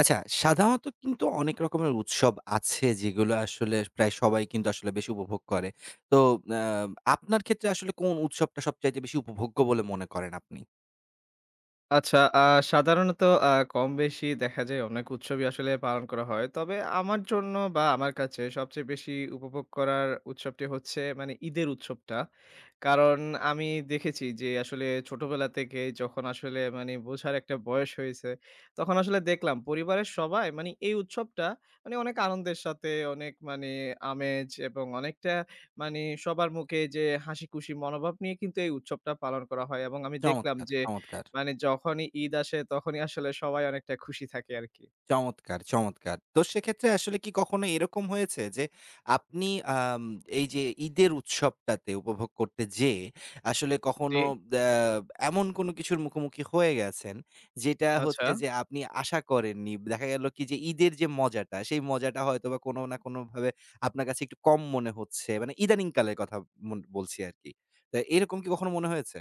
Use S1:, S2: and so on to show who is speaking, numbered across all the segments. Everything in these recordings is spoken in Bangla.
S1: আচ্ছা, সাধারণত কিন্তু অনেক রকমের উৎসব আছে যেগুলো আসলে প্রায় সবাই কিন্তু আসলে বেশি উপভোগ করে। তো আ আপনার ক্ষেত্রে আসলে কোন উৎসবটা সবচাইতে বেশি উপভোগ্য বলে মনে করেন আপনি?
S2: আচ্ছা, সাধারণত কমবেশি দেখা যায় অনেক উৎসবই আসলে পালন করা হয়। তবে আমার জন্য বা আমার কাছে সবচেয়ে বেশি উপভোগ করার উৎসবটি হচ্ছে মানে ঈদের উৎসবটা। কারণ আমি দেখেছি যে আসলে ছোটবেলা থেকে যখন আসলে মানে বোঝার একটা বয়স হয়েছে, তখন আসলে দেখলাম পরিবারের সবাই মানে এই উৎসবটা মানে অনেক আনন্দের সাথে অনেক মানে আমেজ এবং অনেকটা মানে সবার মুখে যে হাসি খুশি মনোভাব নিয়ে কিন্তু এই উৎসবটা পালন করা হয় এবং আমি দেখলাম
S1: চমৎকার,
S2: যে
S1: চমৎকার।
S2: মানে যখনই ঈদ আসে তখনই আসলে সবাই অনেকটা খুশি থাকে আরকি।
S1: চমৎকার, চমৎকার! তো সেক্ষেত্রে আসলে কি কখনো এরকম হয়েছে যে আপনি আম এই যে ঈদের উৎসবটাতে উপভোগ করতে যেয়ে আসলে
S2: জি,
S1: কখনো দ্যা এমন কোনো কিছুর মুখোমুখি হয়ে গেছেন, যেটা
S2: আচ্ছা।
S1: হচ্ছে যে আপনি আশা করেননি। দেখা গেল কি যে ঈদের যে মজাটা, সেই মজাটা হয়তোবা কোনো না কোনোভাবে আপনার কাছে একটু কম মনে হচ্ছে। মানে ইদানিং কালের কথা মন বলছি আরকি। তো এরকম কি কখনো মনে হয়েছে?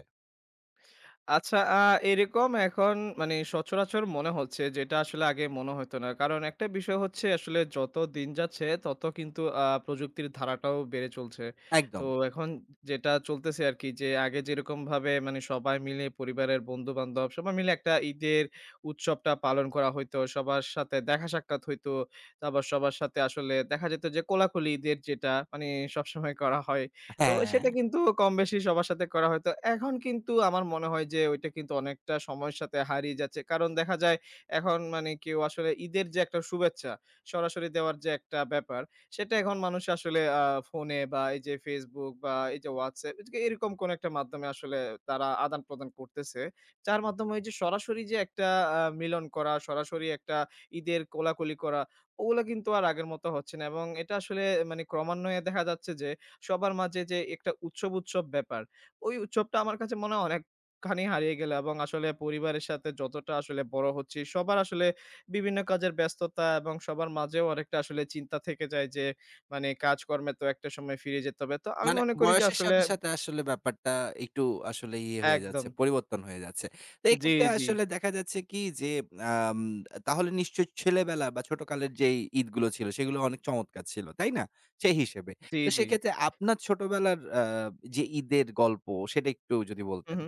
S2: আচ্ছা, এরকম এখন মানে সচরাচর মনে হচ্ছে যেটা আসলে আগে মনে হতো না। কারণ একটা বিষয় হচ্ছে আসলে যত দিন যাচ্ছে তত কিন্তু প্রযুক্তির ধারাটাও বেড়ে চলছে। তো
S1: একদম।
S2: এখন যেটা চলতেছে আরকি যে আগে যেরকমভাবে মানে সবাই মিলে পরিবারের বন্ধু-বান্ধব সবাই মিলে একটা ঈদের উৎসবটা পালন করা হইতো। সবার সাথে দেখা সাক্ষাৎ হইতো। তারপর সবার সাথে আসলে দেখা যেত যে কোলাকুলি ঈদের যেটা মানে সবসময় করা হয় তো
S1: হ্যাঁ।
S2: সেটা কিন্তু কম বেশি সবার সাথে করা হয়। তো এখন কিন্তু আমার মনে হয় যে ওইটা কিন্তু অনেকটা সময়ের সাথে হারিয়ে যাচ্ছে। কারণ দেখা যায় এখন মানে কেউ আসলে ঈদের যে একটা শুভেচ্ছা সরাসরি দেওয়ার যে একটা ব্যাপার, সেটা এখন মানুষ আসলে ফোনে বা এই যে Facebook বা এই যে WhatsApp এরকম কোন একটা মাধ্যমে আসলে তারা আদান-প্রদান করতেছে। যার মাধ্যমে ওই যে সরাসরি যে একটা মিলন করা, সরাসরি একটা ঈদের কোলাকুলি করা, ওগুলা কিন্তু আর আগের মতো হচ্ছে না এবং এটা আসলে মানে ক্রমান্বয়ে দেখা যাচ্ছে যে সবার মাঝে যে একটা উৎসব ব্যাপার। ওই উৎসবটা আমার কাছে মনে হয় অনেকখানি হারিয়ে গেল এবং আসলে পরিবারের সাথে যতটা আসলে বড় হচ্ছি, সবার আসলে বিভিন্ন কাজের ব্যস্ততা এবং সবার মাঝেও অনেকটা আসলে চিন্তা থেকে যায় যে মানে কাজকর্মে তো একটা সময় ফিরে যেতে হবে। তো আমি
S1: মানে
S2: মনে করি যে
S1: বয়সের
S2: আসলে
S1: সাথে, সাথে আসলে ব্যাপারটা একটু আসলে ইয়ে হয়ে যাচ্ছে,
S2: একদম।
S1: পরিবর্তন হয়ে যাচ্ছে। তো
S2: জি,
S1: এক্ষেত্রে
S2: জি।
S1: আসলে দেখা যাচ্ছে কি যে, আম তাহলে নিশ্চয়ই ছেলেবেলা বা ছোটকালের যেই ঈদগুলো ছিল, সেগুলো অনেক চমৎকার ছিল, তাই না? সেই হিসেবে।
S2: জি,
S1: তো
S2: জি।
S1: সেক্ষেত্রে আপনার ছোটবেলার যে ঈদের গল্প, সেটা একটু যদি
S2: হু,
S1: বলতেন।
S2: হু।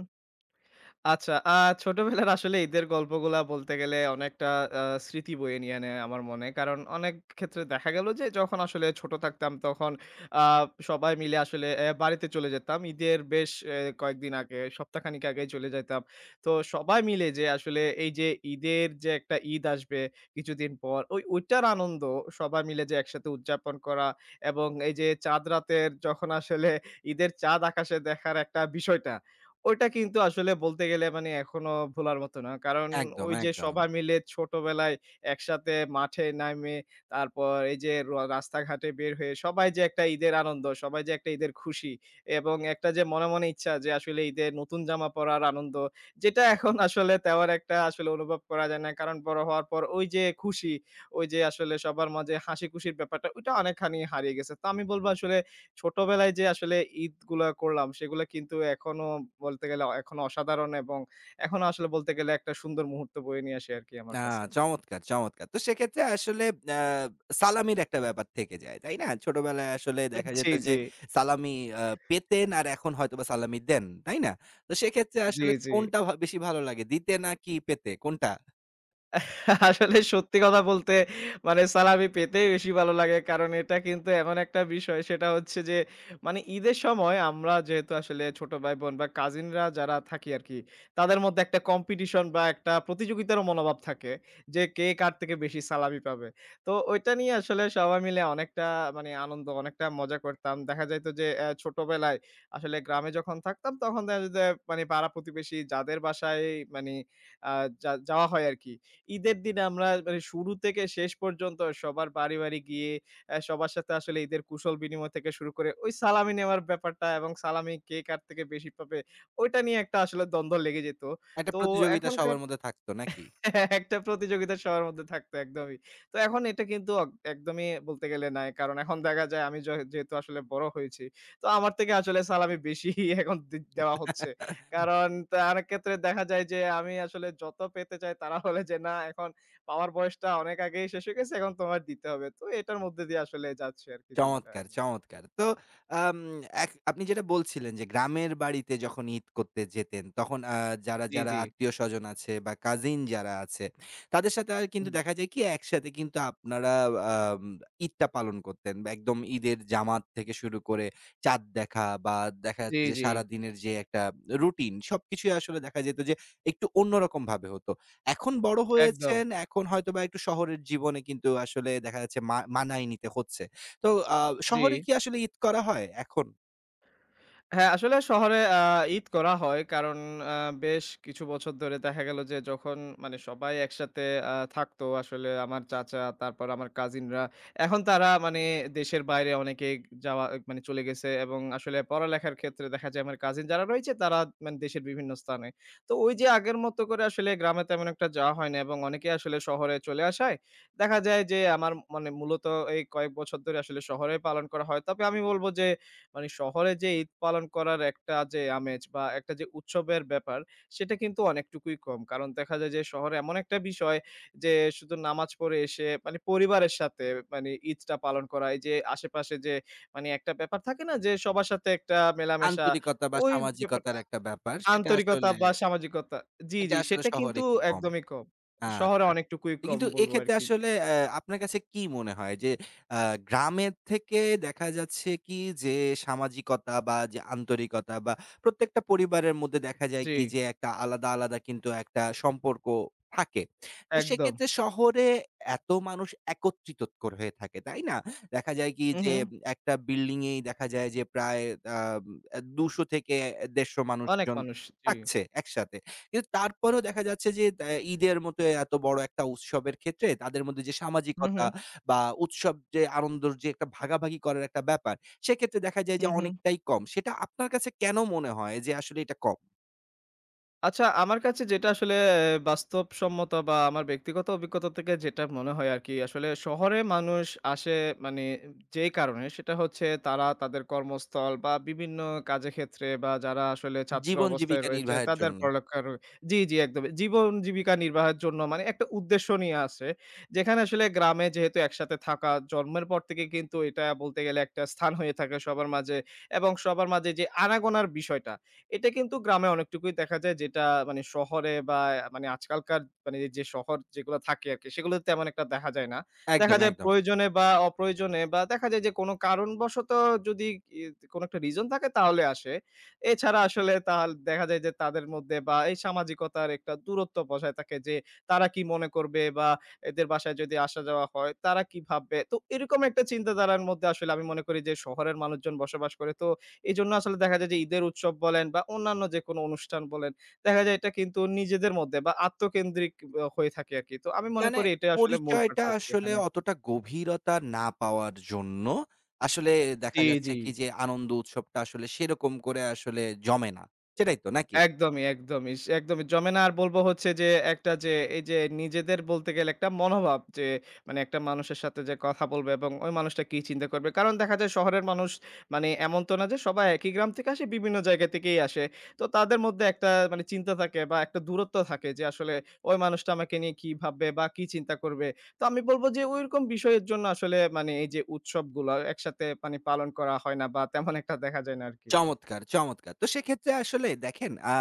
S2: আচ্ছা, ছোটবেলার আসলে ঈদের গল্পগুলা বলতে গেলে অনেকটা স্মৃতি বয়ে নিয়ে আনে আমার মনে। কারণ অনেক ক্ষেত্রে দেখা গেল যে যখন আসলে ছোট থাকতাম তখন আ সবাই মিলে আসলে বাড়িতে চলে যেতাম। ঈদের বেশ কয়েকদিন আগে, সপ্তাহখানেক আগেই চলে যাইতাম। তো সবাই মিলে যে আসলে এই যে ঈদের যে একটা ঈদ আসবে কিছুদিন পর, ওইটার আনন্দ সবাই মিলে যে একসাথে উদযাপন করা এবং এই যে চাঁদ রাতের যখন আসলে ঈদের চাঁদ আকাশে দেখার একটা বিষয়টা ওইটা কিন্তু আসলে বলতে গেলে মানে এখনো ভোলার মতো না। কারণ
S1: একদম,
S2: ওই যে
S1: একদম।
S2: সবাই মিলে ছোটবেলায় একসাথে মাঠে নামে, তারপর এই যে রাস্তাঘাটে বের হয়ে সবাই যে একটা ঈদের আনন্দ, সবাই যে একটা ঈদের খুশি এবং একটা যে মনে ইচ্ছা যে আসলে ঈদের নতুন জামা পরার আনন্দ, যেটা এখন আসলে তেমন একটা আসলে অনুভব করা যায় না। কারণ বড় হওয়ার পর ওই যে খুশি, ওই যে আসলে সবার মাঝে হাসি খুশির ব্যাপারটা ওইটা অনেকখানি হারিয়ে গেছে। তো আমি বলব আসলে ছোটবেলায় যে আসলে ঈদগুলা করলাম সেগুলা কিন্তু এখনো বলতে গেলে এখনো অসাধারণ এবং এখনো আসলে বলতে গেলে একটা সুন্দর মুহূর্ত বয়ে নিয়ে আসে আরকি
S1: আ
S2: আমার কাছে।
S1: চমৎকার, চমৎকার! তো সেক্ষেত্রে আসলে আ সালামির একটা ব্যাপার থেকে যায়, তাই না? ছোটবেলায় আসলে দেখা
S2: জি,
S1: যেত
S2: জি।
S1: যে সালামি আ পেতেন আর এখন হয়তোবা সালামি দেন, তাই না? তো সেক্ষেত্রে
S2: জি,
S1: আসলে
S2: জি।
S1: কোনটা বেশি ভালো লাগে? দিতে নাকি পেতে? কোনটা?
S2: আসলে সত্যি কথা বলতে মানে সালামি পেতেই বেশি ভালো লাগে। কারণ এটা কিন্তু এমন একটা বিষয় সেটা হচ্ছে যে মানে ঈদের সময় আমরা যেহেতু আসলে ছোট ভাই-বোন বা কাজিনরা যারা থাকি আরকি, তাদের মধ্যে একটা কম্পিটিশন বা একটা প্রতিযোগিতারও মনোভাব থাকে যে কে কার থেকে বেশি সালামি পাবে। তো ওইটা নিয়ে আসলে সবাই মিলে অনেকটা মানে আনন্দ, অনেকটা মজা করতাম। দেখা যাইত যে ছোটবেলায় আসলে গ্রামে যখন থাকতাম তখন দেখা যেত মানে পাড়া-প্রতিবেশী যাদের বাসায় মানে আ যাওয়া হয় আরকি। ঈদের দিনে আমরা মানে শুরু থেকে শেষ পর্যন্ত সবার বাড়ি, বাড়ি গিয়ে সবার সাথে আসলে ঈদের কুশল বিনিময় থেকে শুরু করে ওই সালামি নেওয়ার ব্যাপারটা এবং সালামি কে কার থেকে বেশি পাবে ওইটা নিয়ে একটা আসলে দ্বন্দ্ব লেগে যেত।
S1: একটা
S2: তো
S1: প্রতিযোগিতা
S2: এখনকার
S1: সবার মধ্যে থাকতো নাকি?
S2: হ্যাঁ, একটা প্রতিযোগিতা সবার মধ্যে থাকতো একদমই। তো এখন এটা কিন্তু একদমই বলতে গেলে নাই। কারণ এখন দেখা যায় আমি যেহেতু আসলে বড় হয়েছি। তো আমার থেকে আসলে সালামি বেশি এখন দেওয়া হচ্ছে। কারণ তার ক্ষেত্রে দেখা যায় যে আমি আসলে যত পেতে চাই তারা বলে যে, "না এখন পাওয়ার বয়সটা অনেক আগেই শেষ হয়ে গেছে। এখন তোমার দিতে হবে।" তো এটার মধ্যে দিয়ে আসলে যাচ্ছে আরকি দিনটা
S1: চমৎকার,
S2: এভাবে।
S1: চমৎকার। তো আম এক আপনি যেটা বলছিলেন যে গ্রামের বাড়িতে যখন ঈদ করতে যেতেন তখন যারা,
S2: জি,
S1: যারা
S2: জি।
S1: আত্মীয়স্বজন আছে বা কাজিন যারা আছে তাদের সাথে আর কিন্তু
S2: হুম।
S1: দেখা যায় কি একসাথে কিন্তু আপনারা আম ঈদটা পালন করতেন। বা একদম ঈদের জামাত থেকে শুরু করে চাঁদ দেখা বা দেখা
S2: জি,
S1: যাচ্ছে যে
S2: জি।
S1: সারাদিনের যে একটা রুটিন সবকিছুই আসলে দেখা যেত যে একটু অন্যরকমভাবে হতো। এখন বড়
S2: একদম।
S1: হয়েছেন, এখন হয়তোবা একটু শহরের জীবনে কিন্তু আসলে দেখা যাচ্ছে মানায় নিতে হচ্ছে। তো আ
S2: জি।
S1: শহরে কি আসলে ঈদ করা হয় এখন?
S2: হ্যাঁ, আসলে শহরে ঈদ করা হয়। কারণ আ বেশ কিছু বছর ধরে দেখা গেল যে যখন মানে সবাই একসাথে থাকতো আসলে আমার চাচা, তারপর আমার কাজিনরা। এখন তারা মানে দেশের বাইরে অনেকেই যাওয়া মানে চলে গেছে এবং আসলে পড়ালেখার ক্ষেত্রে দেখা যায় আমার কাজিন যারা রয়েছে তারা মানে দেশের বিভিন্ন স্থানে। তো ওই যে আগের মতো করে আসলে গ্রামে তেমন একটা যাওয়া হয় না এবং অনেকেই আসলে শহরে চলে আসায় দেখা যায় যে আমার মানে মূলত এই কয়েক বছর ধরে আসলে শহরে পালন করা হয়। তবে আমি বলব যে মানে শহরে যে ঈদ পালন করার একটা যে আমেজ বা একটা যে উৎসবের ব্যাপার, সেটা কিন্তু অনেকটুকুই কম। কারণ দেখা যায় যে শহরে এমন একটা বিষয় যে শুধু নামাজ পড়ে এসে মানে পরিবারের সাথে মানে ঈদটা পালন করা। এই যে আশেপাশে যে মানে একটা ব্যাপার থাকে না যে সবার সাথে একটা মেলামেশা,
S1: আন্তরিকতা বা
S2: ওই ব্যাপারটা
S1: সামাজিকতার একটা ব্যাপার সেটা
S2: আন্তরিকতা
S1: আসলে
S2: বা সামাজিকতা জি,
S1: এটা
S2: জি
S1: আসলে
S2: সেটা
S1: শহরে
S2: কিন্তু
S1: একটু কম।
S2: একদমই কম। শহরে
S1: আচ্ছা।
S2: অনেকটুকুই কম
S1: কিন্তু
S2: বলব
S1: এক্ষেত্রে
S2: আরকি।
S1: আসলে অ্যা আপনার কাছে কি মনে হয় যে আ গ্রামের থেকে দেখা যাচ্ছে কি যে সামাজিকতা বা যে আন্তরিকতা বা প্রত্যেকটা পরিবারের মধ্যে দেখা যায়
S2: জি,
S1: কি যে একটা আলাদা, আলাদা কিন্তু একটা সম্পর্ক থাকে। তো
S2: একদম।
S1: সেক্ষেত্রে শহরে এত মানুষ একত্রিত হয়ে থাকে, তাই না? দেখা যায় কি
S2: হু,
S1: যে
S2: হু।
S1: একটা বিল্ডিং এই দেখা যায় যে প্রায় আম ২০০ থেকে ১৫০
S2: অনেক
S1: মানুষজন
S2: মানুষ। জি।
S1: থাকছে একসাথে। কিন্তু তারপরেও দেখা যাচ্ছে যে ঈদের মতো এত বড় একটা উৎসবের ক্ষেত্রে তাদের মধ্যে যে
S2: হু, হু।
S1: সামাজিকতা বা উৎসব যে আনন্দর যে একটা ভাগাভাগি করার একটা ব্যাপার, সেক্ষেত্রে দেখা যায়
S2: হু,
S1: যে
S2: হু।
S1: অনেকটাই কম। সেটা আপনার কাছে কেন মনে হয় যে আসলে এটা কম?
S2: আচ্ছা, আমার কাছে যেটা আসলে বাস্তবসম্মত বা আমার ব্যক্তিগত অভিজ্ঞতা থেকে যেটা মনে হয় আরকি, আসলে শহরে মানুষ আসে মানে যেই কারণে সেটা হচ্ছে তারা তাদের কর্মস্থল বা বিভিন্ন কাজের ক্ষেত্রে বা যারা আসলে ছাত্র
S1: জীবন
S2: অবস্থায়
S1: জীবিকা
S2: রয়েছে
S1: নির্বাহের
S2: তাদের
S1: জন্য।
S2: পড়ালেখার জি, জি একদমই। জীবন জীবিকা নির্বাহের জন্য মানে একটা উদ্দেশ্য নিয়ে আসে। যেখানে আসলে গ্রামে যেহেতু একসাথে থাকা জন্মের পর থেকে কিন্তু এটা বলতে গেলে একটা স্থান হয়ে থাকে সবার মাঝে এবং সবার মাঝে যে আনাগোনার বিষয়টা এটা কিন্তু গ্রামে অনেকটুকুই দেখা যায় যেটা মানে শহরে বা মানে আজকালকার মানে যে শহর যেগুলো থাকে আরকি সেগুলোতে তেমন একটা দেখা যায় না।
S1: একদম,
S2: দেখা যায়
S1: একদম।
S2: প্রয়োজনে বা অপ্রয়োজনে বা দেখা যায় যে কোনো কারণবশত যদি ই কোনো একটা রিজন থাকে তাহলে আসে। এছাড়া আসলে তাল দেখা যায় যে তাদের মধ্যে বা এই সামাজিকতার একটা দূরত্ব বজায় থাকে যে তারা কি মনে করবে বা এদের বাসায় যদি আসা যাওয়া হয় তারা কি ভাববে? তো এরকম একটা চিন্তাধারার মধ্যে আসলে আমি মনে করি যে শহরের মানুষজন বসবাস করে তো এজন্য আসলে দেখা যায় যে ঈদের উৎসব বলেন বা অন্যান্য যেকোনো অনুষ্ঠান বলেন, দেখা যায় এটা কিন্তু নিজেদের মধ্যে বা আত্মকেন্দ্রিক হয়ে থাকে আরকি। তো আমি মনে
S1: মানে
S2: করি এটাই আসলে মূল
S1: পরিচয়টা
S2: পার্থক্য
S1: আসলে
S2: এখানে।
S1: অতটা গভীরতা না পাওয়ার জন্য আসলে
S2: জি,
S1: দেখা যাচ্ছে
S2: জি।
S1: কি যে আনন্দ উৎসবটা আসলে সেরকম করে আসলে জমে না। সেটাই তো নাকি?
S2: একদমই, একদমই, একদমই জমে না। আর বলব হচ্ছে যে একটা যে এই যে নিজেদের বলতে গেলে একটা মনোভাব যে মানে একটা মানুষের সাথে যে কথা বলবে এবং ওই মানুষটা কি চিন্তা করবে। কারণ দেখা যায় শহরের মানুষ মানে এমন তো না যে সবাই একই গ্রাম থেকে আসে, বিভিন্ন জায়গা থেকেই আসে। তো তাদের মধ্যে একটা মানে চিন্তা থাকে বা একটা দূরত্ব থাকে যে আসলে ওই মানুষটা আমাকে নিয়ে কি ভাববে বা কি চিন্তা করবে। তো আমি বলব যে ওইরকম বিষয়ের জন্য আসলে মানে এই যে উৎসবগুলা একসাথে মানে পালন করা হয় না বা তেমন একটা দেখা যায় না আরকি।
S1: চমৎকার, চমৎকার! তো সেক্ষেত্রে আসলে দেখেন আ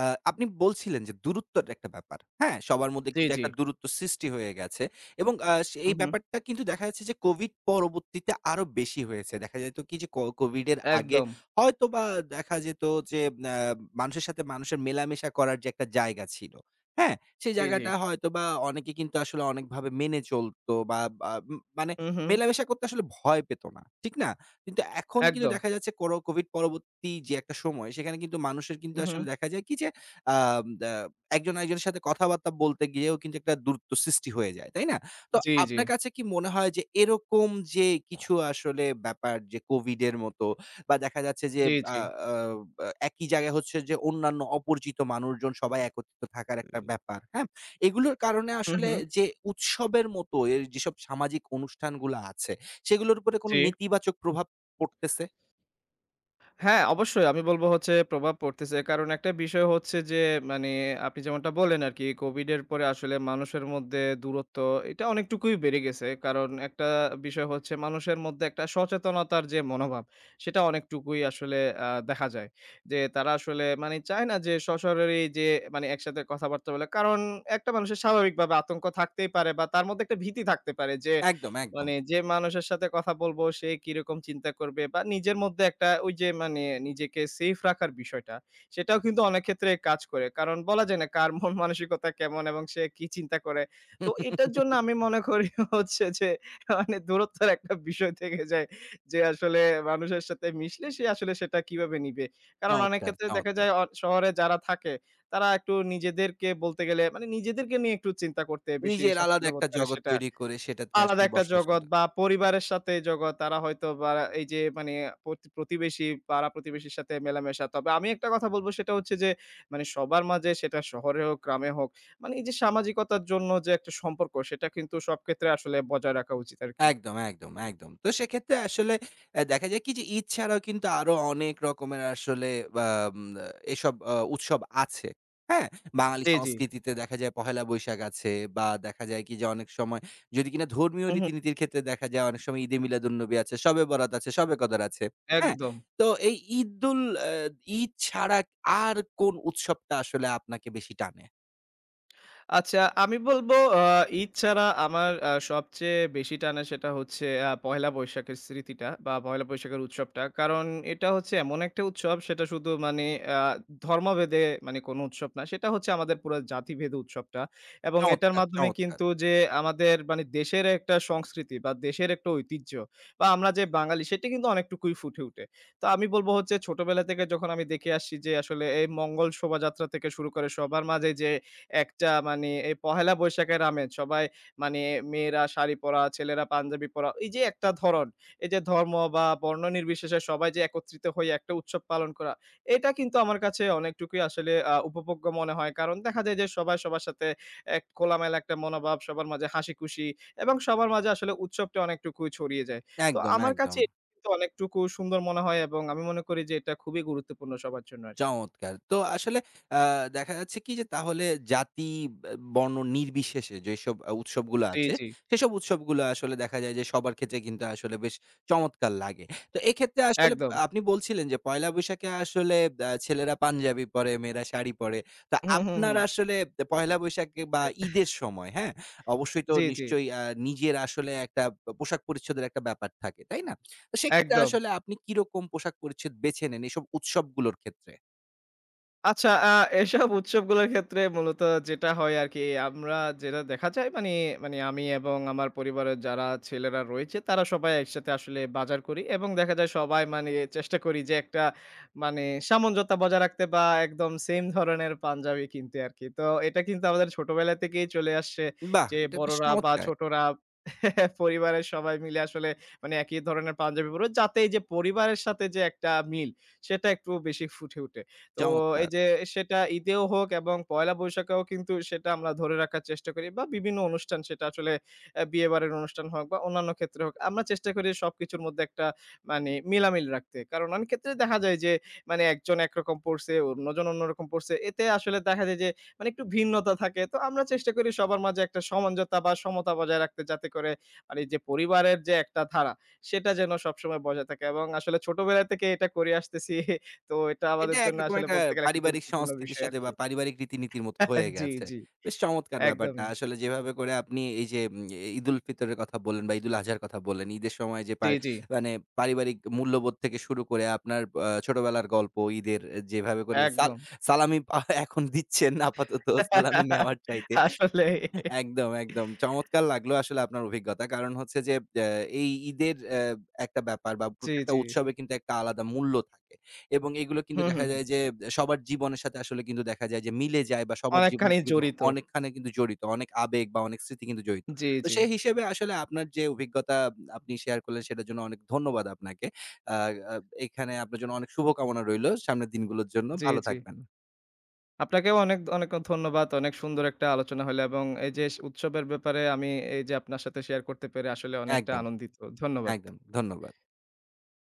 S1: আ আপনি বলছিলেন যে দূরত্বর একটা ব্যাপার। হ্যাঁ, সবার মধ্যে
S2: জি,
S1: কিন্তু
S2: জি।
S1: একটা দূরত্ব সৃষ্টি হয়ে গেছে এবং
S2: হু,
S1: এই
S2: হু।
S1: ব্যাপারটা কিন্তু দেখা যাচ্ছে যে কোভিড পরবর্তীতে আরো বেশি হয়েছে। দেখা যেত কি যে কোভিড এর আগে
S2: একদম।
S1: হয়তোবা দেখা যেত যে আ মানুষের সাথে মানুষের মেলামেশা করার যে একটা জায়গা ছিল, হ্যাঁ? সেই
S2: জি, জি।
S1: জায়গাটা হয়তোবা অনেকে কিন্তু আসলে অনেকভাবে মেনে চলত বা বা উম মানে
S2: হু, হু।
S1: মেলামেশা করতে আসলে ভয় পেত না। ঠিক না? কিন্তু এখন কিন্তু
S2: একদম।
S1: দেখা যাচ্ছে করো কোভিড পরবর্তী যে একটা সময় সেখানে কিন্তু মানুষের কিন্তু
S2: হু, হু।
S1: আসলে দেখা যায় কি যে আম দা একজন আরেকজনের সাথে কথাবার্তা বলতে গিয়েও কিন্তু একটা দূরত্ব সৃষ্টি হয়ে যায়, তাই না? তো
S2: জি, জি।
S1: আপনার কাছে কি মনে হয় যে এরকম যে কিছু আসলে ব্যাপার যে কোভিড এর মতো বা দেখা যাচ্ছে যে
S2: জি,
S1: আ
S2: জি।
S1: আ বা একই জায়গায় হচ্ছে যে অন্যান্য অপরিচিত মানুষজন সবাই একত্রিত থাকার একটা ব্যাপার, হ্যাঁ? এগুলোর কারণে
S2: হু,
S1: আসলে
S2: হু।
S1: যে উৎসবের মতো এর যেসব সামাজিক অনুষ্ঠানগুলা আছে সেগুলোর উপরে কোনো
S2: জি।
S1: নেতিবাচক প্রভাব পড়তেছে।
S2: হ্যাঁ, অবশ্যই আমি বলব হচ্ছে প্রভাব পড়তেছে। কারণ একটা বিষয় হচ্ছে যে মানে আপনি যেমনটা বললেন আরকি COVID এর পরে আসলে মানুষের মধ্যে দূরত্ব এটা অনেকটুকুই বেড়ে গেছে। কারণ একটা বিষয় হচ্ছে মানুষের মধ্যে একটা সচেতনতার যে মনোভাব সেটা অনেকটুকুই আসলে দেখা যায়। যে তারা আসলে মানে চায় না যে সশরীরই যে মানে একসাথে কথাবার্তা বলে। কারণ একটা মানুষের স্বাভাবিকভাবে আতঙ্ক থাকতেই পারে বা তার মধ্যে একটা ভীতি থাকতে পারে যে
S1: একদম, একদম।
S2: মানে যে মানুষের সাথে কথা বলবো সে কিরকম চিন্তা করবে বা নিজের মধ্যে একটা ওই যে মানে নিজেকে সেফ রাখার বিষয়টা সেটাও কিন্তু অনেক ক্ষেত্রে কাজ করে। কারণ বলা যায় না কার মন মানসিকতা কেমন এবং সে কি চিন্তা করে। তো এটার জন্য আমি মনে করি হচ্ছে যে মানে দূরত্বের একটা বিষয় থেকে যায়। যে আসলে মানুষের সাথে মিশলে সে আসলে সেটা কিভাবে নিবে। কারণ অনেক
S1: চমৎকার,
S2: ক্ষেত্রে দেখা
S1: চমৎকার।
S2: যায় শহরে যারা থাকে তারা একটু নিজেদেরকে বলতে গেলে মানে নিজেদেরকে নিয়ে একটু চিন্তা করতে বেশি
S1: নিজের আলাদা
S2: স্বাচ্ছন্দ্য বোধ
S1: একটা
S2: করে
S1: জগৎ
S2: সেটা।
S1: তৈরি করে সেটাতে
S2: আলাদা
S1: আসলে
S2: একটা
S1: বসবাস
S2: জগৎ
S1: করে।
S2: বা পরিবারের সাথে জগৎ। তারা হয়তো বা এই যে মানে প্রতিবেশী, পাড়া-প্রতিবেশীর সাথে মেলামেশা। তবে আমি একটা কথা বলব সেটা হচ্ছে যে মানে সবার মাঝে সেটা শহরে হোক, গ্রামে হোক, মানে এই যে সামাজিকতার জন্য যে একটা সম্পর্ক সেটা কিন্তু সব ক্ষেত্রে আসলে বজায় রাখা উচিত আরকি।
S1: একদম, একদম, একদম। তো সেক্ষেত্রে আসলে অ্যা দেখা যায় কি যে ঈদ ছাড়াও কিন্তু আরো অনেক রকমের আসলে বাম আ এসব উৎসব আছে। হ্যাঁ? বাঙালি
S2: জি, জি।
S1: সংস্কৃতিতে দেখা যায় পহেলা বৈশাখ আছে বা দেখা যায় কি যে অনেক সময় যদি কিনা ধর্মীয়
S2: হু, হু।
S1: রীতিনীতির ক্ষেত্রে দেখা যায় অনেক সময় ঈদে মিলাদুন্নবী আছে, শবে বরাত আছে, শবে কদর আছে। হ্যাঁ?
S2: একদম।
S1: তো এই ঈদুল অ্যা ঈদ ছাড়া আর কোন উৎসবটা আসলে আপনাকে বেশি টানে?
S2: আচ্ছা, আমি বলব আ ঈদ ছাড়া আমার সবচেয়ে বেশি টানে সেটা হচ্ছে পহেলা বৈশাখের স্মৃতিটা বা পহেলা বৈশাখের উৎসবটা। কারণ এটা হচ্ছে এমন একটা উৎসব সেটা শুধু মানে আ ধর্মভেদে মানে কোনো উৎসব না। সেটা হচ্ছে আমাদের পুরা জাতিভেদে উৎসবটা। এবং এটার
S1: চমৎকার,
S2: মাধ্যমে
S1: চমৎকার।
S2: কিন্তু যে আমাদের মানে দেশের একটা সংস্কৃতি বা দেশের একটা ঐতিহ্য বা আমরা যে বাঙালি সেটা কিন্তু অনেকটুকুই ফুটে উঠে। তো আমি বলব হচ্ছে ছোটবেলা থেকে যখন আমি দেখে আসছি যে আসলে এই মঙ্গল শোভাযাত্রা থেকে শুরু করে সবার মাঝে যে একটা মানে এই পহেলা বৈশাখের আমেজ। সবাই মানে মেয়েরা শাড়ি পরা, ছেলেরা পাঞ্জাবি পরা। এই যে একটা ধরন, এই যে ধর্ম বা বর্ণ নির্বিশেষে সবাই যে একত্রিত হয়ে একটা উৎসব পালন করা, এটা কিন্তু আমার কাছে অনেকটুকুই আসলে উপভোগ্য মনে হয়। কারণ দেখা যায় যে সবাই সবার সাথে এক খোলামেলা একটা মনোভাব, সবার মাঝে হাসি-খুশি এবং সবার মাঝে আসলে উৎসবটা অনেকটুকু ছড়িয়ে যায়। তো
S1: একদম,
S2: আমার কাছে
S1: একদম।
S2: এটা কিন্তু অনেকটুকু সুন্দর মনে হয় এবং আমি মনে করি যে এটা খুবই গুরুত্বপূর্ণ সবার জন্য আরকি।
S1: চমৎকার! তো আসলে আ দেখা যাচ্ছে কি যে তাহলে জাতি বে বর্ণ নির্বিশেষে যেসব উৎসবগুলো
S2: জি,
S1: আছে,
S2: জি।
S1: সেসব উৎসবগুলো আসলে দেখা যায় যে সবার ক্ষেত্রে কিন্তু আসলে বেশ চমৎকার লাগে। তো এক্ষেত্রে আসলে
S2: একদম।
S1: আপনি বলছিলেন যে পয়লা বৈশাখে আসলে ছেলেরা পাঞ্জাবি পরে, মেয়েরা শাড়ি পরে। তো
S2: হুম, হুম,
S1: আপনার
S2: হুম।
S1: আসলে পয়লা বৈশাখে বা
S2: অ্যা
S1: ঈদের সময়, হ্যাঁ? অবশ্যই তো
S2: জি, জি।
S1: নিশ্চয়ই নিজের আসলে একটা পোশাক পরিচ্ছদের একটা ব্যাপার থাকে, তাই না? তো সেক্ষেত্রে
S2: একদম।
S1: আসলে আপনি কিরকম পোশাক পরিচ্ছদ বেছে নেন এসব উৎসবগুলোর ক্ষেত্রে?
S2: আচ্ছা, এসব উৎসবগুলোর ক্ষেত্রে মূলত যেটা হয় আরকি আমরা যেটা দেখা যায় মানে, মানে আমি এবং আমার পরিবারের যারা ছেলেরা রয়েছে তারা সবাই একসাথে আসলে বাজার করি এবং দেখা যায় সবাই মানে চেষ্টা করি যে একটা মানে সামঞ্জত্য বজায় রাখতে বা একদম সেম ধরনের পাঞ্জাবি কিনতে আরকি। তো এটা কিন্তু আমাদের ছোটবেলা থেকেই চলে আসছে
S1: বাহ!
S2: যে
S1: এটা বেশ
S2: বড়রা বা
S1: চমৎকার,
S2: ছোটরা পরিবারের সবাই মিলে আসলে মানে একই ধরনের পাঞ্জাবি পড়বে যাতে এই যে পরিবারের সাথে যে একটা মিল সেটা একটু বেশি ফুটে উঠে। তো এই
S1: চমৎকার।
S2: যে সেটা ঈদেও হোক এবং পয়লা বৈশাখেও কিন্তু সেটা আমরা ধরে রাখার চেষ্টা করি বা বিভিন্ন অনুষ্ঠান সেটা আসলে বিয়েবাড়ির অনুষ্ঠান হোক বা অন্যান্য ক্ষেত্রে হোক আমরা চেষ্টা করি সবকিছুর মধ্যে একটা মানে মিলামিল রাখতে। কারণ অনেক ক্ষেত্রে দেখা যায় যে মানে একজন একরকম পড়ছে, অন্যজন অন্যরকম পড়ছে। এতে আসলে দেখা যায় যে মানে একটু ভিন্নতা থাকে। তো আমরা চেষ্টা করি সবার মাঝে একটা সমঞ্জতা বা সমতা বজায় রাখতে যাতে করে আর এই যে পরিবারের যে একটা ধারা সেটা যেন সবসময় বজায় থাকে এবং আসলে ছোটবেলা থেকে এটা করে আসতেছি তো এটা
S1: এটা
S2: আমাদের জন্য
S1: একরকম
S2: আসলে
S1: একটা
S2: বলতে গেলে একটা
S1: পারিবারিক
S2: গুরুত্বপূর্ণ
S1: সংস্কৃতির
S2: বিষয়
S1: সাথে বা
S2: আরকি।
S1: পারিবারিক রীতিনীতির মতো হয়ে
S2: জি,
S1: গেছে।
S2: জি।
S1: বেশ চমৎকার ব্যাপারটা।
S2: একদমই।
S1: আসলে যেভাবে করে আপনি এই যে ঈদুল ফিতরের কথা বললেন বা ঈদুল আজহার কথা বললেন, ঈদের সময় যে পা
S2: জি, জি।
S1: মানে পারিবারিক মূল্যবোধ থেকে শুরু করে আপনার ছোটবেলার গল্প, ঈদের যেভাবে করে
S2: একদম।
S1: সালামি এখন দিচ্ছেন আপাতত সালামি নেওয়ার চাইতে।
S2: আসলে
S1: একদম, একদম। চমৎকার লাগলো আসলে আপনার অভিজ্ঞতা। কারণ হচ্ছে যে এই ঈদের একটা ব্যাপার বা
S2: জি,
S1: প্রত্যেকটা
S2: জি।
S1: উৎসবে কিন্তু একটা আলাদা মূল্য থাকে। এবং এগুলো কিন্তু
S2: হুম,
S1: দেখা
S2: হুম, হুম।
S1: যায় যে সবার জীবনের সাথে আসলে কিন্তু দেখা যায় যে মিলে যায় বা সবার
S2: অনেকখানি
S1: জীবনকে কিন্তু
S2: জড়িত।
S1: অনেকখানি কিন্তু জড়িত। অনেক আবেগ বা অনেক স্মৃতি কিন্তু জড়িত।
S2: জি,
S1: তো
S2: জি।
S1: সেই হিসেবে আসলে আপনার যে অভিজ্ঞতা আপনি শেয়ার করলেন সেটার জন্য অনেক ধন্যবাদ আপনাকে। আ আ এখানে আপনার জন্য অনেক শুভকামনা রইলো সামনের দিনগুলোর জন্য।
S2: জি,
S1: ভালো
S2: জি।
S1: থাকবেন।
S2: আপনাকেও অনেক, অনেক ধন্যবাদ। অনেক সুন্দর একটা আলোচনা হলো এবং এই যে উৎসবের ব্যাপারে আমি এই যে আপনার সাথে শেয়ার করতে পেরে আসলে অনেকটা
S1: একদম,
S2: আনন্দিত। ধন্যবাদ।
S1: একদম। ধন্যবাদ।